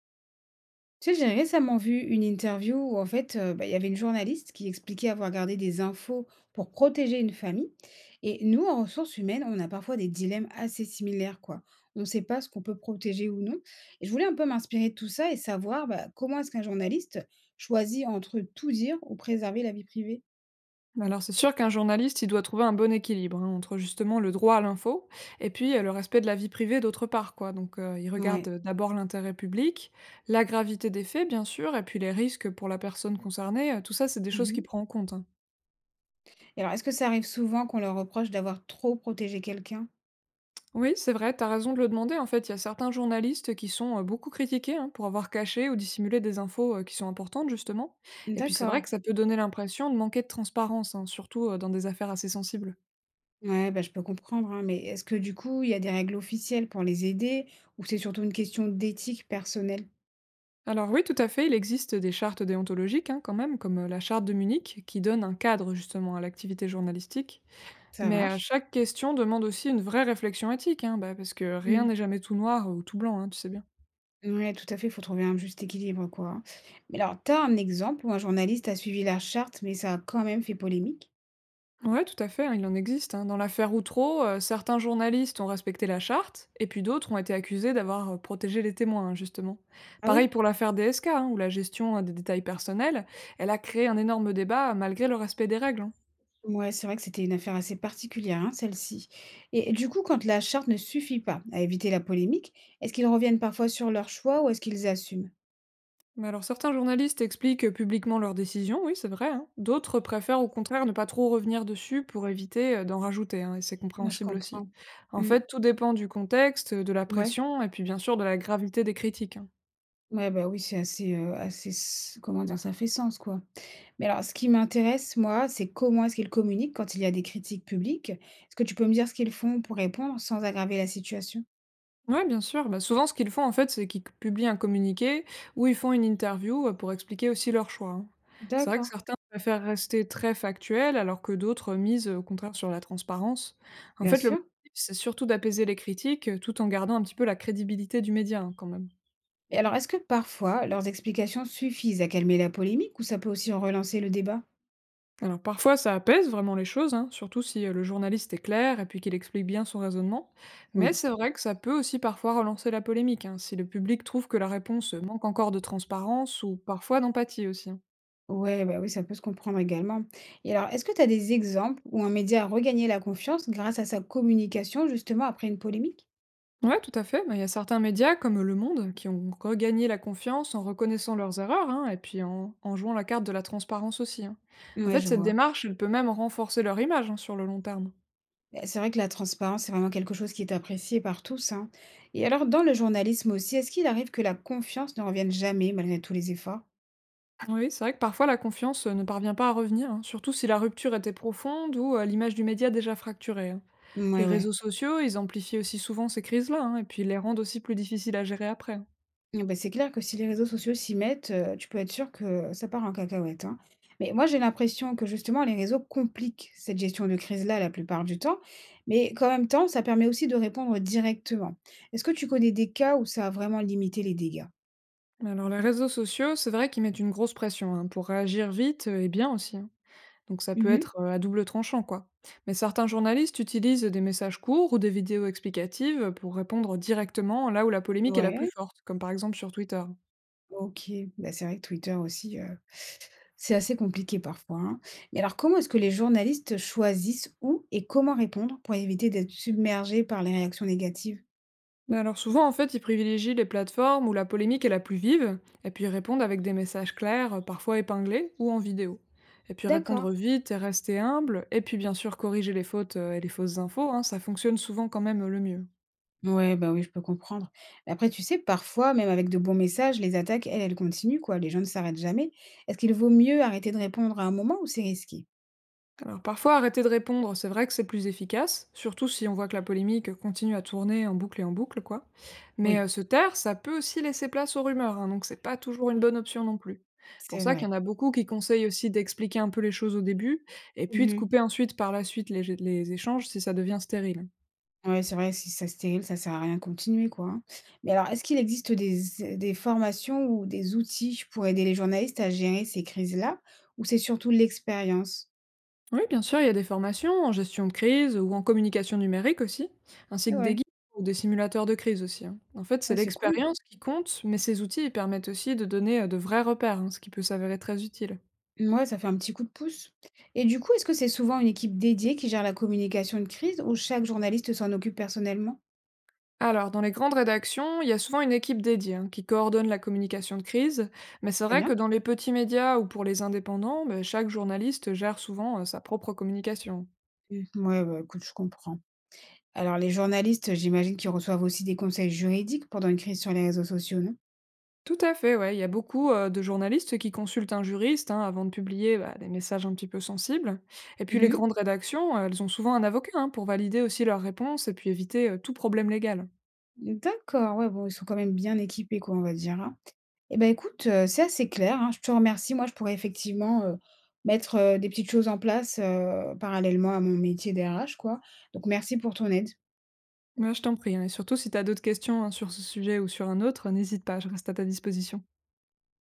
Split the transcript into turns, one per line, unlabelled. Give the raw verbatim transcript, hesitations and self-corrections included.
Tu sais, j'ai récemment vu une interview où, en fait, euh, bah, il y avait une journaliste qui expliquait avoir gardé des infos pour protéger une famille. Et nous, en ressources humaines, on a parfois des dilemmes assez similaires, quoi. On ne sait pas ce qu'on peut protéger ou non. Et je voulais un peu m'inspirer de tout ça et savoir bah, comment est-ce qu'un journaliste choisit entre tout dire ou préserver la vie privée.
Alors c'est sûr qu'un journaliste, il doit trouver un bon équilibre hein, entre justement le droit à l'info et puis euh, le respect de la vie privée d'autre part, quoi. Donc euh, il regarde
Ouais.
euh, d'abord l'intérêt public, la gravité des faits, bien sûr, et puis les risques pour la personne concernée. euh, Tout ça, c'est des choses qu'il
Mhm.
prend en compte, hein.
Et alors, est-ce que ça arrive souvent qu'on leur reproche d'avoir trop protégé quelqu'un?
Oui, c'est vrai, t'as raison de le demander. En fait, il y a certains journalistes qui sont euh, beaucoup critiqués hein, pour avoir caché ou dissimulé des infos euh, qui sont importantes, justement. Et puis c'est vrai
D'accord.
que ça peut donner l'impression de manquer de transparence, hein, surtout euh, dans des affaires assez sensibles.
Ouais, bah, je peux comprendre, hein, mais est-ce que du coup, il y a des règles officielles pour les aider ou c'est surtout une question d'éthique personnelle?
Alors oui, tout à fait, il existe des chartes déontologiques hein, quand même, comme euh, la charte de Munich, qui donne un cadre justement à l'activité journalistique.
Ça
Mais euh,
marche?
chaque question demande aussi une vraie réflexion éthique, hein, bah, parce que rien
Mm.
n'est jamais tout noir ou tout blanc, hein, tu sais bien.
Ouais, tout à fait, il faut trouver un juste équilibre, quoi, hein. Mais alors, t'as un exemple où un journaliste a suivi la charte, mais ça a quand même fait polémique?
Ouais, tout à fait, hein, il en existe, hein. Dans l'affaire Outreau, euh, certains journalistes ont respecté la charte, et puis d'autres ont été accusés d'avoir euh, protégé les témoins, hein, justement.
Ah
Pareil
oui.
pour l'affaire D S K, hein, où la gestion euh, des détails personnels, elle a créé un énorme débat euh, malgré le respect des règles, hein.
Ouais, c'est vrai que c'était une affaire assez particulière, hein, celle-ci. Et du coup, quand la charte ne suffit pas à éviter la polémique, est-ce qu'ils reviennent parfois sur leur choix ou est-ce qu'ils assument?
Mais alors certains journalistes expliquent publiquement leurs décisions, oui, c'est vrai, hein. D'autres préfèrent au contraire ne pas trop revenir dessus pour éviter euh, d'en rajouter, hein, et c'est
Moi, je
compréhensible aussi.
comprends.
En
Mm.
fait, tout dépend du contexte, de la
Ouais.
pression, et puis bien sûr de la gravité des critiques, hein.
Ouais, bah, oui, c'est assez, heu, assez s comment dire? Ça fait sens, quoi. Mais alors ce qui m'intéresse, moi, c'est comment est-ce qu'ils communiquent quand il y a des critiques publiques? Est-ce que tu peux me dire ce qu'ils font pour répondre sans aggraver la situation?
Ouais, bien sûr. Bah, souvent, ce qu'ils font, en fait, c'est qu'ils publient un communiqué ou ils font une interview euh, pour expliquer aussi leur choix, hein. C'est vrai que
D'accord.
certains préfèrent rester très factuels, alors que d'autres misent euh, au contraire sur la transparence. En
Bien
fait,
sûr.
l'objectif, c'est surtout d'apaiser les critiques euh, tout en gardant un petit peu la crédibilité du média, hein, quand même.
Et alors est-ce que parfois leurs explications suffisent à calmer la polémique ou ça peut aussi en relancer le débat?
Alors parfois, ça apaise vraiment les choses, hein, surtout si euh, le journaliste est clair et puis qu'il explique bien son raisonnement. Mais
Oui.
c'est vrai que ça peut aussi parfois relancer la polémique, hein, si le public trouve que la réponse manque encore de transparence ou parfois d'empathie aussi, hein.
Ouais, bah, oui, ça peut se comprendre également. Et alors est-ce que tu as des exemples où un média a regagné la confiance grâce à sa communication justement après une polémique?
Ouais, tout à fait. Ben, il y a certains médias comme Le Monde qui ont regagné la confiance en reconnaissant leurs erreurs hein, et puis en, en jouant la carte de la transparence aussi, hein. En
Ouais,
fait,
je
cette
vois.
démarche, elle peut même renforcer leur image hein, sur le long terme.
Bah, c'est vrai que la transparence, c'est vraiment quelque chose qui est apprécié par tous, hein. Et alors, dans le journalisme aussi, est-ce qu'il arrive que la confiance ne revienne jamais malgré tous les efforts?
Oui, c'est vrai que parfois la confiance euh, ne parvient pas à revenir, hein, surtout si la rupture était profonde ou euh, l'image du média déjà fracturée, hein. Les
Ouais,
réseaux
ouais.
sociaux, ils amplifient aussi souvent ces crises-là hein, et puis ils les rendent aussi plus difficiles à gérer après, hein.
Ah bah, c'est clair que si les réseaux sociaux s'y mettent, heu, tu peux être sûr que ça part en cacahuète, hein. Mais moi, j'ai l'impression que justement, les réseaux compliquent cette gestion de crise-là la plupart du temps, mais qu'en même temps, ça permet aussi de répondre directement. Est-ce que tu connais des cas où ça a vraiment limité les dégâts?
Alors les réseaux sociaux, c'est vrai qu'ils mettent une grosse pression hein, pour réagir vite euh, et bien aussi, hein. Donc ça peut
Mmh mh.
être, heu, à double tranchant, quoi. Mais certains journalistes utilisent des messages courts ou des vidéos explicatives pour répondre directement là où la polémique est la plus
Ouais.
forte, comme par exemple sur Twitter.
OK, bah, c'est vrai que Twitter aussi, heu, c'est assez compliqué parfois, hein. Mais alors comment est-ce que les journalistes choisissent où et comment répondre pour éviter d'être submergés par les réactions négatives?
Mais alors souvent, en fait, ils privilégient les plateformes où la polémique est la plus vive, et puis ils répondent avec des messages clairs, heu, parfois épinglés ou en vidéo. Et puis
D'accord.
répondre vite et rester humble, et puis bien sûr corriger les fautes, heu, et les fausses infos, hein, ça fonctionne souvent quand même, le mieux.
Ouais, bah, oui, je peux comprendre. Mais après, tu sais, parfois, même avec de bons messages, les attaques, elles, elles continuent, quoi. Les gens ne s'arrêtent jamais. Est-ce qu'il vaut mieux arrêter de répondre à un moment ou c'est risqué?
Alors parfois arrêter de répondre, c'est vrai que c'est plus efficace, surtout si on voit que la polémique continue à tourner en boucle et en boucle, quoi. Mais euh,
Oui,
se taire, ça peut aussi laisser place aux rumeurs, hein, donc c'est pas toujours une bonne option non plus. Pour
c'est
ça qu'il y
vrai.
en a beaucoup qui conseillent aussi d'expliquer un peu les choses au début, et puis de couper ensuite par la suite les, les échanges si ça devient stérile.
Ouais, c'est vrai, si ça stérile, ça sert à rien de continuer, quoi, hein. Mais alors, est-ce qu'il existe des des formations ou des outils pour aider les journalistes à gérer ces crises-là? Ou c'est surtout l'expérience?
Oui, bien sûr, il y a des formations en gestion de crise ou en communication numérique aussi, ainsi
Ah
que des
ouais,
guides ou des simulateurs de crise aussi, hein. En fait, c'est
ouais, c'est cool.
l'expérience qui compte, mais ces outils ils permettent aussi de donner euh, de vrais repères, hein, ce qui peut s'avérer très utile.
Mouais, ça fait un petit coup de pouce. Et du coup, est-ce que c'est souvent une équipe dédiée qui gère la communication de crise ou chaque journaliste s'en occupe personnellement?
Alors, dans les grandes rédactions, il y a souvent une équipe dédiée hein, qui coordonne la communication de crise, mais c'est
Très
vrai que
bien.
dans les petits médias ou pour les indépendants, ben, chaque journaliste gère souvent euh, sa propre communication.
Mmh, ouais, bah, écoute, je comprends. Alors, les journalistes, j'imagine qu'ils reçoivent aussi des conseils juridiques pendant une crise sur les réseaux sociaux, non?
Tout à fait, ouais. Il y a beaucoup, heu, de journalistes qui consultent un juriste, hein, avant de publier, bah, des messages un petit peu sensibles. Et puis les
Mmh.
grandes rédactions, euh, elles ont souvent un avocat, hein, pour valider aussi leurs réponses et puis éviter, heu, tout problème légal.
D'accord, ouais, bon, ils sont quand même bien équipés, quoi, on va dire, hein. Eh ben, écoute, heu, c'est assez clair, hein, je te remercie. Moi, je pourrais effectivement, heu, mettre, heu, des petites choses en place, heu, parallèlement à mon métier d'R H, quoi. Donc merci pour ton aide.
Ouais, je t'en prie, hein, et surtout si tu as d'autres questions, hein, sur ce sujet ou sur un autre, n'hésite pas, je reste à ta disposition.